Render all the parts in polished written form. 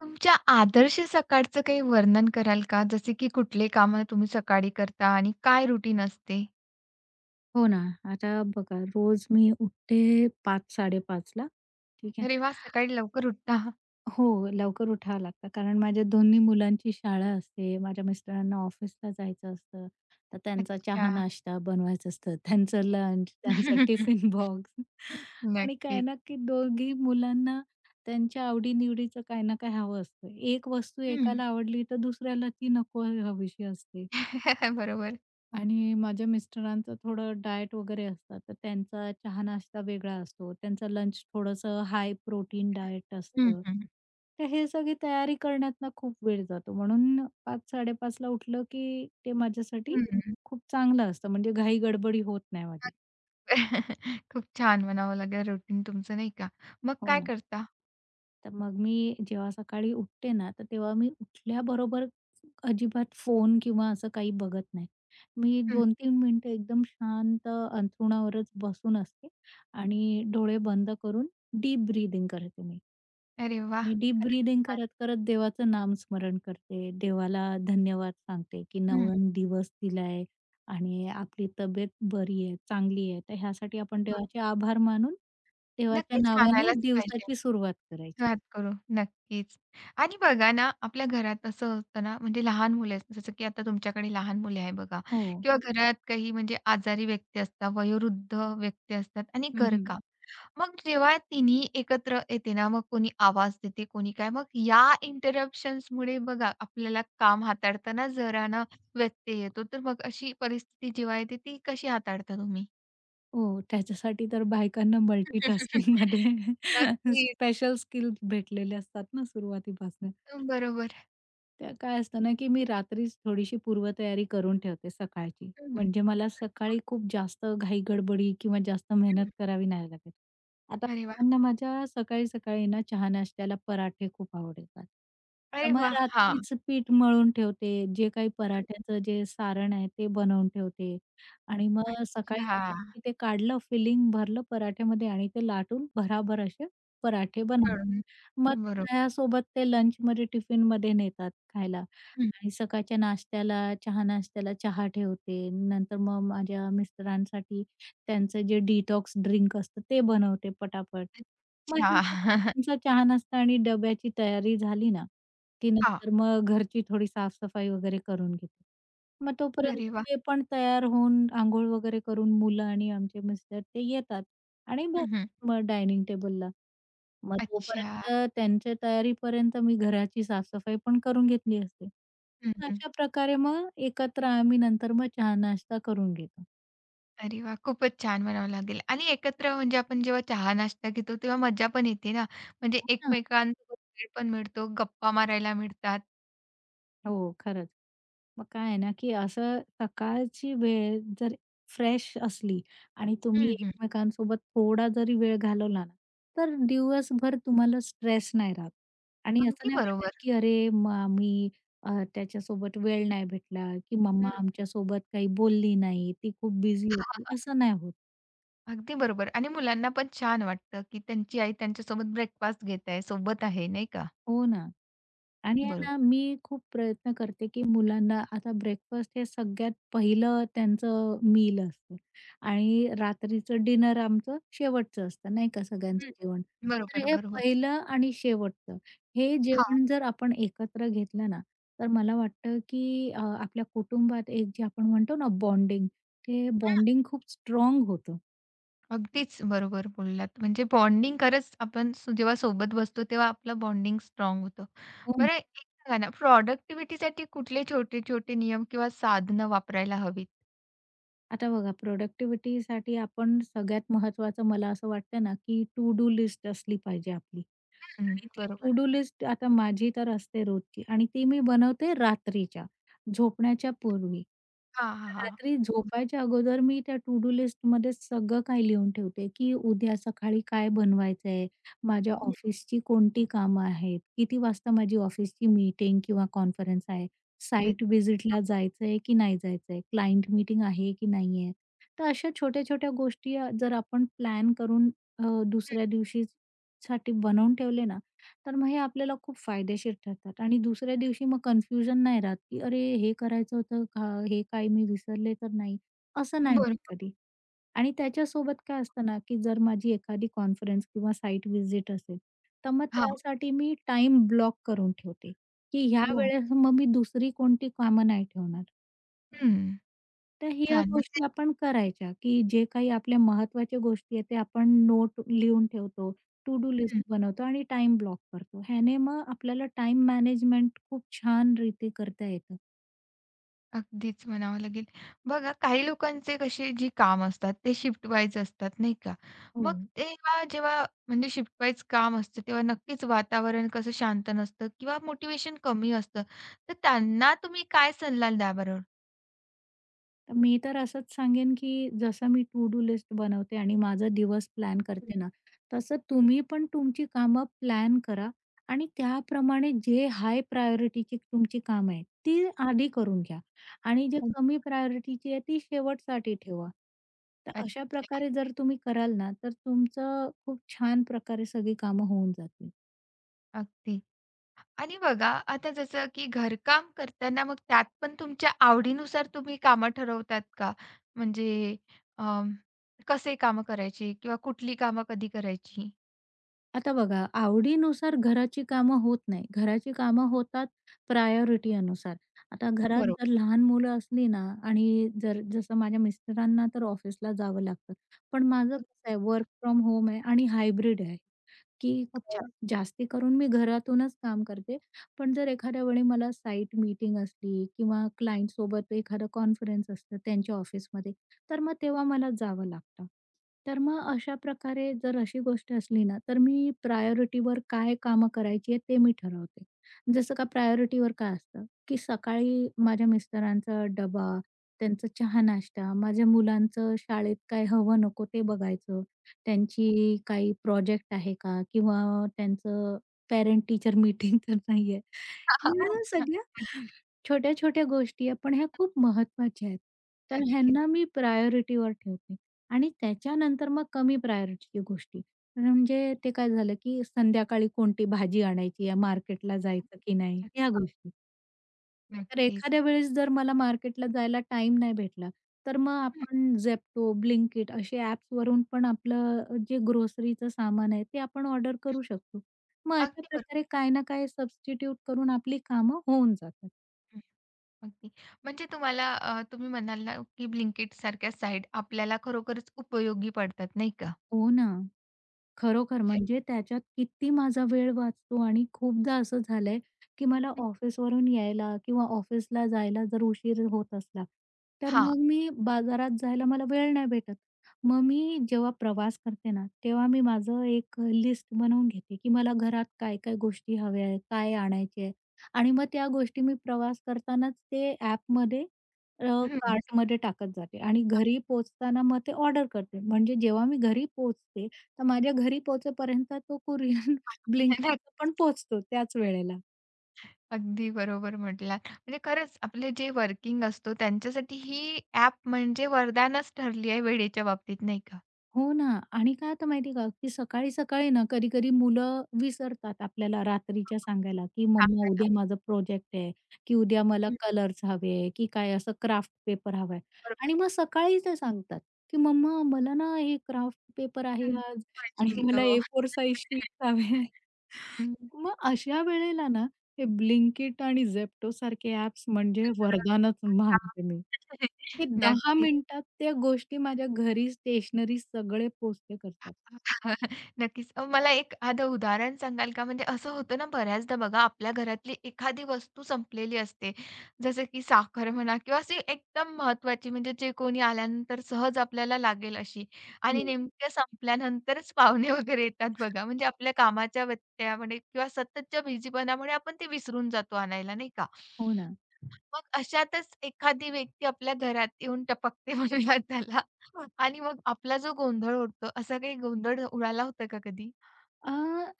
तुमच्या आदर्श सकाळचं काही वर्णन कराल का? जसे की कुठले कामं तुम्ही सकाळी करता आणि काय रुटीन असते? हो ना. आता बघा रोज मी उठते 5:00-5:30 ला. ठीक आहे. अरे वा, सकाळी लवकर उठता. हो, लवकर उठावं लागतं कारण माझ्या दोन्ही मुलांची शाळा असते. माझ्या मिस्टरांना ऑफिसला जायचं असतं. तर त्यांचा अच्छा. चहा नाश्ता बनवायचा असतं. त्यांचं लंच, त्यांचा टिफिन बॉक्स. आणि काय नक्कीच. ना, की दोघी मुलांना त्यांच्या आवडी-निवडीचं काय ना काही हवं असतं. एक वस्तू हं. एकाला आवडली तर दुसऱ्याला ती नको हवीशी असते. बरोबर. आणि माझ्या मिस्टरांचं थोडं डाएट वगैरे असतात, तर त्यांचा चहा नाश्ता वेगळा असतो. त्यांचा लंच थोडंसं हाय प्रोटीन डाएट हं, असतं. हं. तर हे सगळी तयारी करण्यात ना खूप वेळ जातो. म्हणून 5:00-5:30 ला उठलं, की ते माझ्यासाठी हं. खूप चांगलं असतं. म्हणजे घाई गडबडी होत नाही माझी. खूप छान म्हणावं लागेल रुटीन तुमचं नाही का? मग हो काय ना. करता? तर मग मी जेव्हा सकाळी उठते ना, तर तेव्हा मी उठल्याबरोबर अजिबात फोन किंवा असं काही बघत नाही. मी हं. 2-3 मिनिटं एकदम शांत अंथरुणावरच बसून असते आणि डोळे बंद करून डीप ब्रीथिंग करते मी अरे वा, आणि डीप खरंच ब्रीथिंग छान. करत-करत देवाचं नामस्मरण करते. देवाला धन्यवाद सांगते, की हं. नवीन दिवस दिलाय आणि आपली तब्येत बरी आहे, चांगली आहे. तर ह्यासाठी आपण बरोबर. देवाचे आभार मानून देवाच्या नक्कीच नावानं मानायलाच दिवसाची सुरुवात करायची. घात करू. नक्कीच. आणि बघा ना, आपल्या घरात असं होतं ना, म्हणजे लहान मुलं आहेत, जसं की आता तुमच्याकडे लहान मुले आहे बघा हो. किंवा घरात काही म्हणजे आजारी व्यक्ती असतात, वयोवृद्ध व्यक्ती असतात आणि हं, हं. घरकाम. मग जेव्हा तिन्ही एकत्र येते ना, मग कोणी आवाज देते, कोणी काय. मग या इंटरप्शन्समुळे बघा आपल्याला काम हाताळताना जरा ना व्यत्यय येतो. तर मग अशी परिस्थिती जेव्हा येते, ती कशी हाताळता तुम्ही? हो, त्याच्यासाठी तर बायकांना नक्कीच. मल्टीटास्किंगमध्ये स्पेशल स्किल्स भेटलेले असतात ना सुरुवातीपासून. बरोबर. त्या काय असतं ना, की मी रात्रीच थोडीशी पूर्वतयारी करून ठेवते सकाळची. हं, हं. म्हणजे मला सकाळी खूप जास्त घाई-गडबडी किंवा जास्त मेहनत करावी नाही लागत. आता अरे वाह! त्यांना माझ्या सकाळी-सकाळी ना चहा-नाश्त्याला पराठे खूप आवडतात. अरे त्यामुळे वाह! हां. रात्रीच पीठ मळून ठेवते. जे काही हं. पराठ्याचं जे सारण आहे ते बनवून ठेवते आणि मग सकाळी अच्छा. ते काढलं, फिलिंग भरलं पराठ्यामध्ये आणि ते लाटून भराभर असे पराठे बनवले. कळून मग ते बरोबर. चहासोबत, ते लंचमध्ये, टिफिनमध्ये नेतात खायला हं. आणि सकाळच्या नाश्त्याला, चहा नाश्त्याला चहा ठेवते. नंतर मग माझ्या मिस्टरांसाठी त्यांचं जे डिटॉक्स ड्रिंक असतं ते बनवते पटापट. मग हे सगळं, अच्छा. त्यांचा चहा नाश्ता आणि डब्याची तयारी झाली ना, की हां. नंतर मग घरची थोडी साफसफाई वगैरे करून घेते. मग तोपर्यंत अरे वाह! ते पण तयार होऊन अंघोळ वगैरे करून मुलं आणि आमचे मिस्टर ते येतात आणि हं, हं. बसतात मग डायनिंग टेबलला. मग अच्छा. तोपर्यंत त्यांच्या तयारीपर्यंत मी घराची साफसफाई पण करून घेतली असते. हं, हं. अशा प्रकारे मग एकत्र आम्ही नंतर मग चहा-नाश्ता करून घेतो. अरे वाह! खूपच छान म्हणावं लागेल आणि एकत्र म्हणजे आपण जेव्हा चहा नाश्ता घेतो तेव्हा मज्जा पण येते ना, म्हणजे हो ना. एकमेकांसोबत वेळ पण मिळतो, गप्पा मारायला मिळतात. हो, खरंच. मग काय आहे ना, की असं सकाळची वेळ जर फ्रेश असली आणि तुम्ही हं, हं. एकमेकांसोबत थोडा जरी वेळ घालवला ना, तर दिवसभर तुम्हाला स्ट्रेस नाही राहत आणि असं अगदी नाही वाटत, बरोबर. की अरे मग आम्ही त्याच्यासोबत वेळ नाही भेटला, की मम्मा हं. आमच्यासोबत काही बोलली नाही, ती खूप बिझी होती, असं नाही होत. अगदी बरोबर आणि मुलांना पण छान वाटतं, की त्यांची आई त्यांच्यासोबत ब्रेकफास्ट घेत आहे, सोबत आहे, नाही का? हो ना. आणि आहे बरोबर. ना, मी खूप प्रयत्न करते, की मुलांना आता ब्रेकफास्ट हे सगळ्यात पहिलं त्यांचं मील असतं आणि रात्रीचं डिनर आमचं शेवटचं असतं, नाही का सगळ्यांचं हं. जेवण. तर बरोबर, हे बरोबर. पहिलं आणि शेवटचं हे हां. जेवण जर आपण एकत्र घेतलं ना, तर मला वाटतं, की आपल्या कुटुंबात एक जे आपण म्हणतो ना बॉन्डिंग, ते बॉन्डिंग खूप स्ट्राँग होतं. अगदीच बरोबर बोललात. म्हणजे बॉन्डिंग खरंच आपण जेव्हा सोबत बसतो तेव्हा आपलं बॉन्डिंग स्ट्राँग होतं. हो. बरं एक सांगा ना, प्रॉडक्टिव्हिटीसाठी कुठले छोटे-छोटे नियम किंवा साधनं वापरायला हवीत? आता बघा, प्रोडक्टिव्हिटीसाठी आपण सगळ्यात महत्त्वाचं मला असं वाटतं ना, की टू डू लिस्ट असली पाहिजे आपली. हं, आणि ती बरोबर. टू डू लिस्ट आता माझी तर असते रोजची आणि ती मी बनवते रात्रीच्या, झोपण्याच्या पूर्वी. हां, हां, तर हां. रात्री झोपायच्या अगोदर मी त्या टू डू लिस्टमध्ये सगळं काही लिहून ठेवते, की उद्या सकाळी काय बनवायचं आहे, माझ्या ऑफिसची कोणती कामं आहेत, किती वाजता माझी ऑफिसची मीटिंग किंवा कॉन्फरन्स आहे. साइट व्हिजिटला जायचंय की नाही जायचंय, क्लायंट मीटिंग आहे की नाहीये. तर अशा छोट्या-छोट्या गोष्टी जर आपण प्लॅन करून अ, दुसऱ्या दिवशीसाठी बनवून ठेवले ना, तर मग हे आपल्याला खूप फायदेशीर ठरतात आणि दुसऱ्या दिवशी मग कन्फ्युजन नाही राहत, की "अरे, हे करायचं होतं का? हे काय मी विसरले तर नाही?" असं नाही होत बरोबर. कधी. आणि त्याच्यासोबत काय असतं ना, की जर माझी एखादी कॉन्फरन्स किंवा साइट व्हिजिट असेल, तर मग हां. त्यासाठी मी टाइम ब्लॉक करून ठेवते, की ह्या हो. वेळेस मग मी दुसरी कोणती कामं नाही ठेवणार. हं. तर ह्या छान. म्हणजे गोष्टी आपण करायच्या, की जे काही आपल्या महत्त्वाच्या गोष्टी आहेत, ते आपण नोट लिहून ठेवतो, टू डू लिस्ट बनवतो आणि टाईम ब्लॉक करतो. ह्याने मग आपल्याला टाईम मॅनेजमेंट खूप छान रीती करता येतं. अगदीच म्हणावं लागेल. बघा काही लोकांचे कसे जी काम असतात ते शिफ्ट वाईज असतात नाही का? हो. मग तेव्हा जेव्हा म्हणजे शिफ्ट वाईज काम असतं तेव्हा नक्कीच वातावरण कसं शांत नसतं किंवा मोटिव्हेशन कमी असतं. तर त्यांना तुम्ही काय सल्ला द्या बरं? तर मी तर असंच सांगेन, की जसं मी टू डू लिस्ट बनवते आणि माझा दिवस प्लॅन करते ना, तसं तुम्ही पण तुमची कामं प्लॅन करा आणि त्याप्रमाणे जे हाय प्रायोरिटीची तुमची कामं आहेत, ती आधी करून घ्या आणि जे कमी प्रायोरिटीची आहे, ती शेवटसाठी ठेवा. तर अशा अच्छा. प्रकारे जर तुम्ही कराल ना, तर तुमचं खूप छान प्रकारे सगळी कामं होऊन जातील. अगदी. आणि बघा आता जसं की घरकाम करताना मग त्यात पण तुमच्या आवडीनुसार तुम्ही कामं ठरवतात का? म्हणजे अ, कसे कामं करायची किंवा कुठली कामं कधी करायची? आता बघा, आवडीनुसार घराची कामं होत नाही. घराची कामं होतात प्रायोरिटी अनुसार. आता घरात बरोबर. जर लहान मुलं असली ना आणि जर जसं माझ्या मिस्टरांना तर ऑफिसला जावं लागतं. पण माझं कसं आहे, वर्क फ्रॉम होम आहे आणि हायब्रिड आहे. की खूप अ, छान. जास्ती करून मी घरातूनच काम करते. पण जर एखाद्या वेळी मला साइट मीटिंग असली किंवा क्लायंटसोबत एखादा कॉन्फरन्स असतं त्यांच्या ऑफिसमध्ये, तर मग तेव्हा मला जावं लागतं. तर मग अशा प्रकारे जर अशी गोष्ट असली ना, तर मी प्रायोरिटीवर काय कामं करायची आहेत ते मी ठरवते. जसं का प्रायोरिटीवर काय असतं, की सकाळी माझ्या मिस्टरांचा डबा, त्यांचा चहा-नाश्ता, माझ्या मुलांचं शाळेत काय हवं नको ते बघायचं. त्यांची काही प्रोजेक्ट आहे का? किंवा त्यांचं पॅरेंट टीचर मीटिंग तर नाहीये. या सगळ्या छोट्या-छोट्या गोष्टी आहे, पण ह्या खूप महत्त्वाच्या आहेत. तर नक्कीच, ह्यांना मी प्रायोरिटीवर ठेवते आणि त्याच्यानंतर मग कमी प्रायोरिटीची गोष्टी. म्हणजे ते काय झालं, की संध्याकाळी कोणती भाजी आणायची आहे, मार्केटला जायचं की नाही, ह्या गोष्टी. तर नक्कीच. एखाद्या वेळेस जर मला मार्केटला जायला टाइम नाही भेटला, तर मग हं, आपण Zepto, ब्लिंकिट, असे ॲप्सवरून पण आपलं जे ग्रोसरीचं सामान आहे ते आपण ऑर्डर करू शकतो. मग अशा अगदी बरोबर. प्रकारे काही ना काही सबस्टिट्यूट करून आपली कामं होऊन जातात. हं, अगदी. म्हणजे तुम्हाला तुम्ही म्हणाल ना, की Blinkit सारख्या साइट आपल्याला खरोखरच उपयोगी पडतात, नाही का? हो ना. खरोखर म्हणजे म्हणजे त्याच्यात किती माझा वेळ वाचतो आणि खूपदा असं झालंय, की मला ऑफिसवरून यायला किंवा ऑफिसला जायला जर उशीर होत असला, तर हां. मग मी बाजारात जायला मला वेळ नाही भेटत. मग मी जेव्हा प्रवास करते ना, तेव्हा मी माझं एक लिस्ट बनवून घेते, की मला घरात काय-काय गोष्टी हव्या आहेत, काय आणायचे आहे आणि मग त्या गोष्टी मी प्रवास करतानाच ते ॲपमध्ये हं. कार्टमध्ये टाकत जाते आणि घरी पोहोचताना मग ते ऑर्डर करते. म्हणजे जेव्हा मी घरी पोहोचते तर माझ्या घरी पोहोचेपर्यंत तो कुरिअर Blinkitचा पण पोहोचतो त्याच वेळेला. अगदी बरोबर म्हटलात. म्हणजे खरंच आपले जे वर्किंग असतो त्यांच्यासाठी ही ॲप म्हणजे वरदानच ठरली आहे वेळेच्या बाबतीत, नाही का? हो ना. आणि काय होतं माहिती आहे का, की सकाळी-सकाळी ना कधी-कधी मुलं विसरतात आपल्याला रात्रीच्या सांगायला, की "मम्मा कामाला उद्या माझा प्रोजेक्ट आहे" की "उद्या मला हं, कलर्स हवे" की काय असं क्राफ्ट पेपर हवाय. बरोबर. आणि मग सकाळी ते सांगतात, की "मम्मा मला ना हे क्राफ्ट पेपर आहे हं. आज वेळ आणि ठेवतो. मला A4 साइझ शीट्स हवे". हं. मग अशा वेळेला ना, हे Blinkit आणि Zepto सारखे ॲप्स म्हणजे सगळं वरदानच काम. मानते मी. हे 10 नक्कीच. मिनिटात त्या गोष्टी माझ्या घरी, स्टेशनरी सगळे पोहोचते करतात. नक्कीच. मला एक आधं उदाहरण सांगाल का? म्हणजे असं होतं ना बऱ्याचदा बघा आपल्या घरातली एखादी वस्तू संपलेली असते. जसं की साखर म्हणा किंवा अशी एकदम महत्त्वाची म्हणजे जे कोणी आल्यानंतर सहज आपल्याला लागेल अशी आणि हो, नेमक्या संपल्यानंतरच पाहुणे वगैरे येतात बघा. म्हणजे आपल्या कामाच्या व्यत्ययामुळे किंवा सततच्या बिझीपणामुळे आपण ते विसरून जातो आणायला, नाही का? हो ना. मग अशातच एखादी व्यक्ती आपल्या घरात येऊन टपकते म्हणूयात त्याला आणि मग आपला जो गोंधळ उडतो, असा काही गोंधळ उडाला होता का कधी? अ,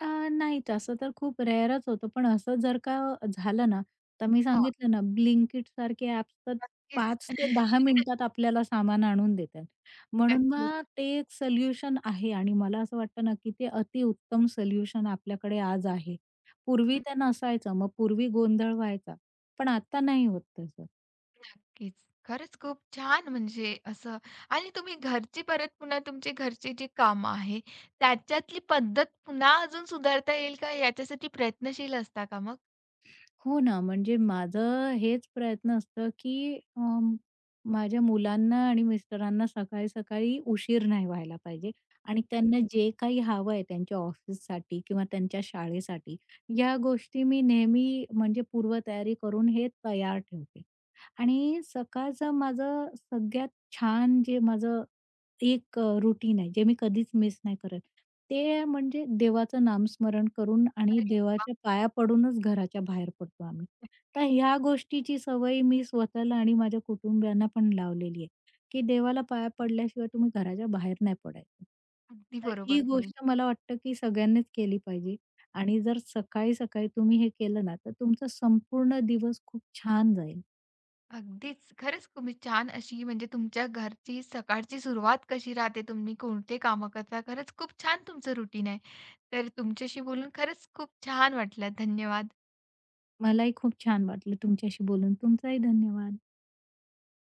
अ, नाही, तसं तर खूप रेअरच होतं. पण असं जर का झालं ना, तर मी हां, सांगितलं ना Blinkit सारखे ॲप्स तर नक्कीच. पाच ते 10 मिनिटात आपल्याला सामान आणून देतात. म्हणून नक्कीच. मग ते एक सोल्युशन आहे आणि मला असं वाटतं ना, की ते अतिउत्तम सोल्युशन आपल्याकडे आज आहे. पूर्वी हं, ते नसायचं, मग पूर्वी गोंधळ व्हायचा. पण आता नाही होत तसं. नक्कीच. खरंच खूप छान म्हणजे असं आणि तुम्ही घरची परत पुन्हा तुमचे घरचे जे कामं आहे, त्याच्यातली पद्धत पुन्हा अजून सुधारता येईल का याच्यासाठी प्रयत्नशील असता का मग? हो ना, म्हणजे माझं हेच प्रयत्न असतं, की माझ्या मुलांना आणि मिस्टरांना सकाळी-सकाळी उशीर नाही व्हायला पाहिजे आणि त्यांना नक्कीच. जे काही हवं आहे त्यांच्या ऑफिससाठी किंवा त्यांच्या शाळेसाठी, या गोष्टी मी नेहमी म्हणजे पूर्वतयारी करून हे तयार ठेवते. आणि सकाळचं माझं सगळ्यात छान जे माझं एक रूटीन आहे, जे मी कधीच मिस नाही करत. ते म्हणजे देवाचं नामस्मरण करून आणि वाह! देवाच्या पाया पडूनच घराच्या बाहेर पडतो आम्ही. तर ह्या गोष्टीची सवय मी स्वतःला आणि माझ्या कुटुंबियांना पण लावलेली आहे, की देवाला पाया पडल्याशिवाय तुम्ही घराच्या बाहेर नाही पडायचं. अगदी तर ही बरोबर बोललात. गोष्ट मला वाटतं, की सगळ्यांनीच केली पाहिजे आणि जर सकाळी-सकाळी तुम्ही हे केलं ना, तर तुमचा संपूर्ण दिवस खूप छान जाईल. अगदीच. खरंच तुम्ही छान अशी म्हणजे तुमच्या घरची सकाळची सुरुवात कशी राहते, तुम्ही कोणते कामं करता, खरंच खूप छान तुमचं रुटीन आहे. तर तुमच्याशी बोलून खरंच खूप छान वाटलं. धन्यवाद. मलाही खूप छान वाटलं तुमच्याशी बोलून. तुमचाही धन्यवाद.